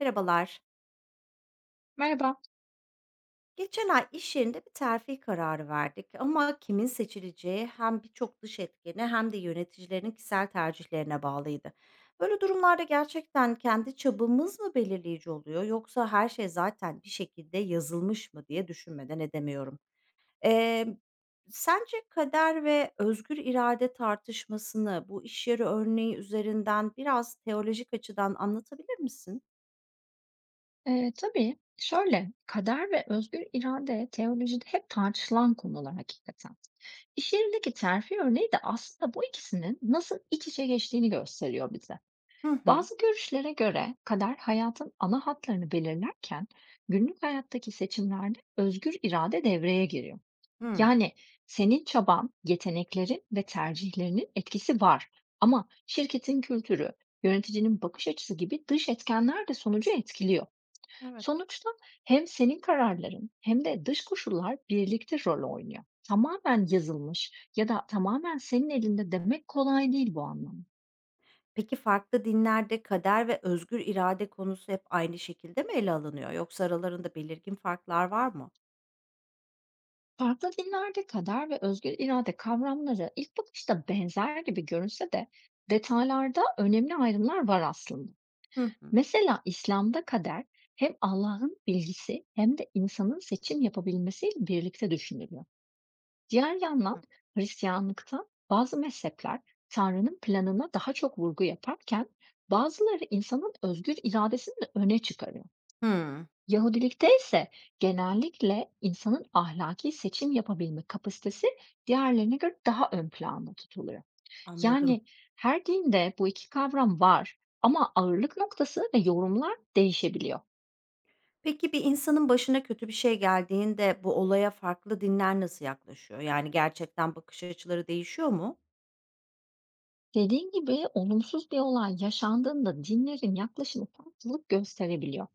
Merhabalar. Merhaba. Geçen ay iş yerinde bir terfi kararı verdik ama kimin seçileceği hem birçok dış etkene hem de yöneticilerin kişisel tercihlerine bağlıydı. Böyle durumlarda gerçekten kendi çabamız mı belirleyici oluyor yoksa her şey zaten bir şekilde yazılmış mı diye düşünmeden edemiyorum. Ee, Sence kader ve özgür irade tartışmasını bu iş yeri örneği üzerinden biraz teolojik açıdan anlatabilir misin? Tabii şöyle, kader ve özgür irade teolojide hep tartışılan konular hakikaten. İş yerindeki terfi örneği de aslında bu ikisinin nasıl iç içe geçtiğini gösteriyor bize. Hı hı. Bazı görüşlere göre kader hayatın ana hatlarını belirlerken günlük hayattaki seçimlerde özgür irade devreye giriyor. Hı. Yani senin çaban, yeteneklerin ve tercihlerinin etkisi var ama şirketin kültürü, yöneticinin bakış açısı gibi dış etkenler de sonucu etkiliyor. Evet. Sonuçta hem senin kararların hem de dış koşullar birlikte rol oynuyor. Tamamen yazılmış ya da tamamen senin elinde demek kolay değil bu anlamda. Peki farklı dinlerde kader ve özgür irade konusu hep aynı şekilde mi ele alınıyor yoksa aralarında belirgin farklar var mı? Farklı dinlerde kader ve özgür irade kavramları ilk bakışta benzer gibi görünse de detaylarda önemli ayrımlar var aslında. Hı hı. Mesela İslam'da kader hem Allah'ın bilgisi hem de insanın seçim yapabilmesiyle birlikte düşünülüyor. Diğer yandan Hı. Hristiyanlıkta bazı mezhepler Tanrı'nın planına daha çok vurgu yaparken bazıları insanın özgür iradesini de öne çıkarıyor. Hımm, Yahudilikte ise genellikle insanın ahlaki seçim yapabilme kapasitesi diğerlerine göre daha ön planda tutuluyor. anladım. Yani her dinde bu iki kavram var ama ağırlık noktası ve yorumlar değişebiliyor. Peki bir insanın başına kötü bir şey geldiğinde bu olaya farklı dinler nasıl yaklaşıyor? Yani gerçekten bakış açıları değişiyor mu? Dediğin gibi olumsuz bir olay yaşandığında dinlerin yaklaşımı farklılık gösterebiliyor.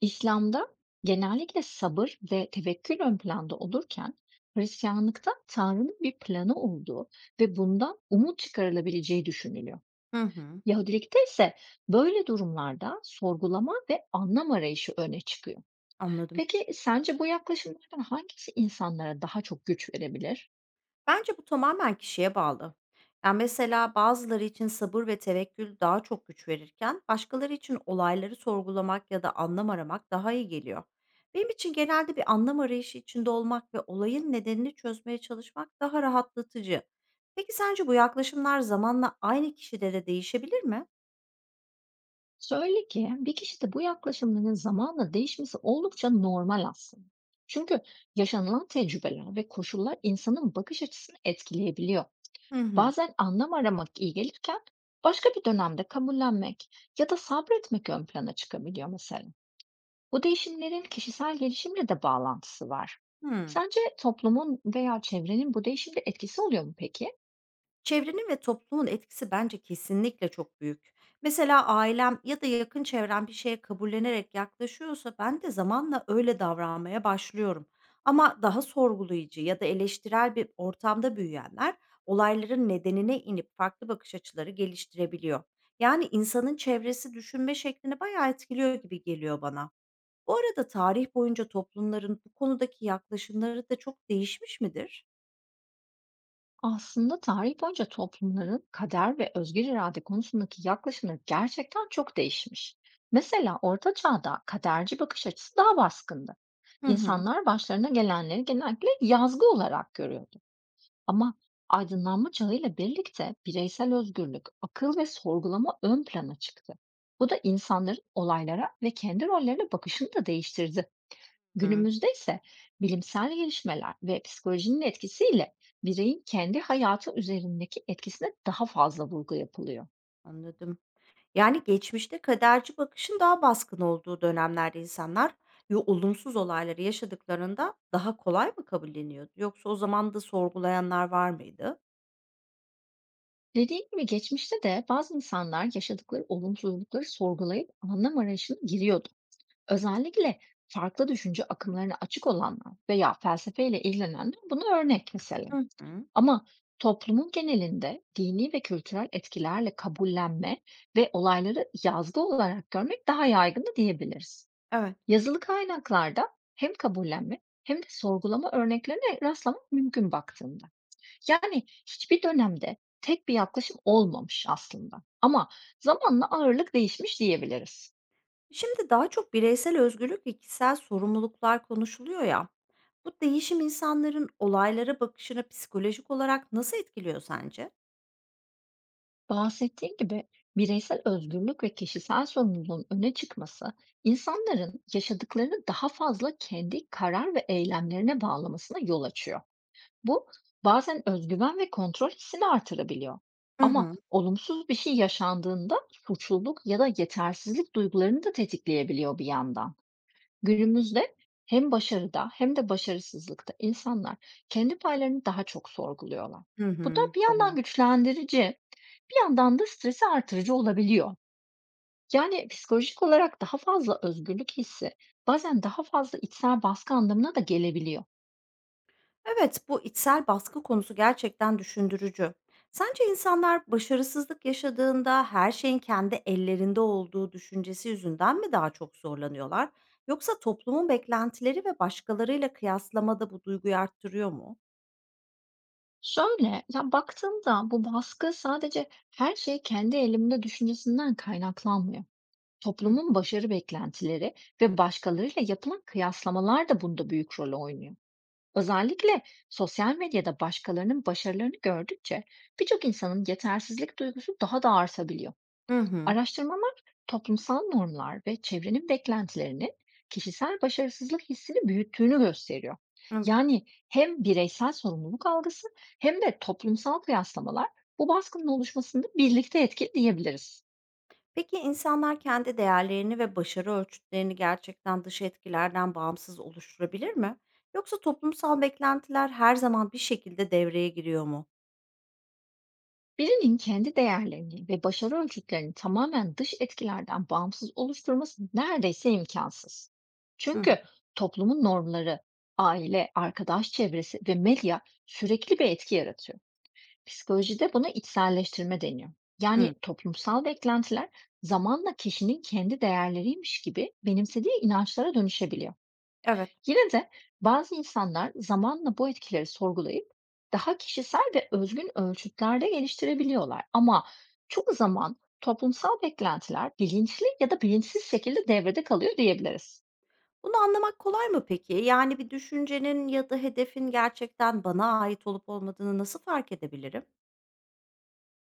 İslam'da genellikle sabır ve tevekkül ön planda olurken Hristiyanlıkta Tanrı'nın bir planı olduğu ve bundan umut çıkarılabileceği düşünülüyor. Hı hı, Yahudilikte ise böyle durumlarda sorgulama ve anlam arayışı öne çıkıyor. anladım. Peki sence bu yaklaşımlardan hangisi insanlara daha çok güç verebilir? Bence bu tamamen kişiye bağlı. Yani mesela bazıları için sabır ve tevekkül daha çok güç verirken başkaları için olayları sorgulamak ya da anlam aramak daha iyi geliyor. Benim için genelde bir anlam arayışı içinde olmak ve olayın nedenini çözmeye çalışmak daha rahatlatıcı. Peki sence bu yaklaşımlar zamanla aynı kişide de değişebilir mi? Söyle ki bir kişide bu yaklaşımların zamanla değişmesi oldukça normal aslında. Çünkü yaşanılan tecrübeler ve koşullar insanın bakış açısını etkileyebiliyor. Hı hı. Bazen anlam aramak iyi gelirken başka bir dönemde kabullenmek ya da sabretmek ön plana çıkabiliyor mesela. Bu değişimlerin kişisel gelişimle de bağlantısı var. Hmm. Sence toplumun veya çevrenin bu değişimde etkisi oluyor mu peki? Çevrenin ve toplumun etkisi bence kesinlikle çok büyük. Mesela ailem ya da yakın çevrem bir şeye kabullenerek yaklaşıyorsa ben de zamanla öyle davranmaya başlıyorum. Ama daha sorgulayıcı ya da eleştirel bir ortamda büyüyenler olayların nedenine inip farklı bakış açıları geliştirebiliyor. Yani insanın çevresi düşünme şeklini bayağı etkiliyor gibi geliyor bana. Bu arada tarih boyunca toplumların bu konudaki yaklaşımları da çok değişmiş midir? Aslında tarih boyunca toplumların kader ve özgür irade konusundaki yaklaşımları gerçekten çok değişmiş. Mesela Orta Çağ'da kaderci bakış açısı daha baskındı. Hı hı. İnsanlar başlarına gelenleri genellikle yazgı olarak görüyordu. Ama aydınlanma çağıyla birlikte bireysel özgürlük, akıl ve sorgulama ön plana çıktı. Bu da insanların olaylara ve kendi rollerine bakışını da değiştirdi. Hı, Günümüzde ise bilimsel gelişmeler ve psikolojinin etkisiyle bireyin kendi hayatı üzerindeki etkisine daha fazla vurgu yapılıyor. anladım. Yani, geçmişte kaderci bakışın daha baskın olduğu dönemlerde insanlar yo olumsuz olayları yaşadıklarında daha kolay mı kabulleniyordu yoksa o zaman da sorgulayanlar var mıydı? Dediğim gibi geçmişte de bazı insanlar yaşadıkları olumsuzlukları sorgulayıp anlam arayışına giriyordu. Özellikle farklı düşünce akımlarına açık olanlar veya felsefeyle ilgilenenler buna örnek mesela. Hı hı. Ama toplumun genelinde dini ve kültürel etkilerle kabullenme ve olayları yazgı olarak görmek daha yaygın da diyebiliriz. Evet. Yazılı kaynaklarda hem kabullenme hem de sorgulama örneklerine rastlamak mümkün baktığında. Yani hiçbir dönemde tek bir yaklaşım olmamış aslında. Ama zamanla ağırlık değişmiş diyebiliriz. Şimdi daha çok bireysel özgürlük ve kişisel sorumluluklar konuşuluyor ya, bu değişim insanların olaylara bakışını psikolojik olarak nasıl etkiliyor sence? Bahsettiğim gibi bireysel özgürlük ve kişisel sorumluluğun öne çıkması insanların yaşadıklarını daha fazla kendi karar ve eylemlerine bağlamasına yol açıyor. Bu bazen özgüven ve kontrol hissini artırabiliyor. Hı Ama hı. olumsuz bir şey yaşandığında suçluluk ya da yetersizlik duygularını da tetikleyebiliyor bir yandan. Günümüzde hem başarıda hem de başarısızlıkta insanlar kendi paylarını daha çok sorguluyorlar. Hı Bu da hı. bir Doğru. yandan güçlendirici, bir yandan da stresi artırıcı olabiliyor. Yani psikolojik olarak daha fazla özgürlük hissi bazen daha fazla içsel baskı anlamına da gelebiliyor. Evet, bu içsel baskı konusu gerçekten düşündürücü. Sence insanlar başarısızlık yaşadığında her şeyin kendi ellerinde olduğu düşüncesi yüzünden mi daha çok zorlanıyorlar? Yoksa toplumun beklentileri ve başkalarıyla kıyaslamada bu duyguyu arttırıyor mu? Şöyle, ya, baktığımda bu baskı sadece her şey kendi elimde düşüncesinden kaynaklanmıyor. Hı. Toplumun başarı beklentileri ve başkalarıyla yapılan kıyaslamalar da bunda büyük rol oynuyor. Özellikle sosyal medyada başkalarının başarılarını gördükçe birçok insanın yetersizlik duygusu daha da artabiliyor. Hı hı. Araştırmalar toplumsal normlar ve çevrenin beklentilerinin kişisel başarısızlık hissini büyüttüğünü gösteriyor. Evet. Yani hem bireysel sorumluluk algısı hem de toplumsal kıyaslamalar bu baskının oluşmasında birlikte etkili diyebiliriz. Peki insanlar kendi değerlerini ve başarı ölçütlerini gerçekten dış etkilerden bağımsız oluşturabilir mi? Yoksa toplumsal beklentiler her zaman bir şekilde devreye giriyor mu? Birinin kendi değerlerini ve başarı ölçütlerini tamamen dış etkilerden bağımsız oluşturması neredeyse imkansız. Hı hı. Çünkü toplumun normları, aile, arkadaş çevresi ve medya sürekli bir etki yaratıyor. Psikolojide buna içselleştirme deniyor. Hı. Yani toplumsal beklentiler zamanla kişinin kendi değerleriymiş gibi benimsediği inançlara dönüşebiliyor. Evet. Yine de bazı insanlar zamanla bu etkileri sorgulayıp daha kişisel ve özgün ölçütlerde geliştirebiliyorlar. Ama çok zaman toplumsal beklentiler bilinçli ya da bilinçsiz şekilde devrede kalıyor diyebiliriz. Bunu anlamak kolay mı peki? Yani bir düşüncenin ya da hedefin gerçekten bana ait olup olmadığını nasıl fark edebilirim?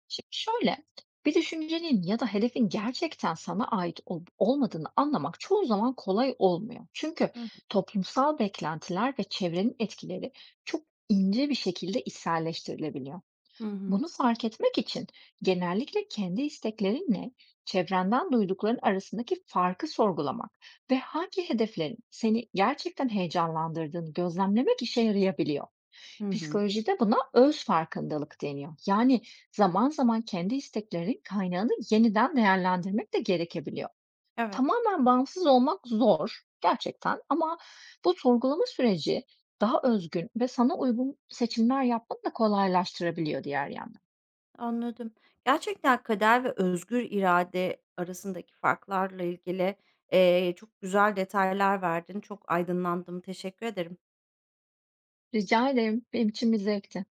Şimdi şöyle, bir düşüncenin ya da hedefin gerçekten sana ait olup olmadığını anlamak çoğu zaman kolay olmuyor. Çünkü Hı hı. toplumsal beklentiler ve çevrenin etkileri çok ince bir şekilde içselleştirilebiliyor. Hı hı. Bunu fark etmek için genellikle kendi isteklerinle çevrenden duydukların arasındaki farkı sorgulamak ve hangi hedeflerin seni gerçekten heyecanlandırdığını gözlemlemek işe yarayabiliyor. Hı. Psikolojide buna öz farkındalık deniyor. Yani zaman zaman kendi isteklerin kaynağını yeniden değerlendirmek de gerekebiliyor. Evet, Tamamen bağımsız olmak zor gerçekten ama bu sorgulama süreci daha özgün ve sana uygun seçimler yapmanı da kolaylaştırabiliyor diğer yandan. anladım. Gerçekten kader ve özgür irade arasındaki farklarla ilgili, çok güzel detaylar verdin. Çok aydınlandım. Teşekkür ederim. Rica ederim. Benim için bir zevkti.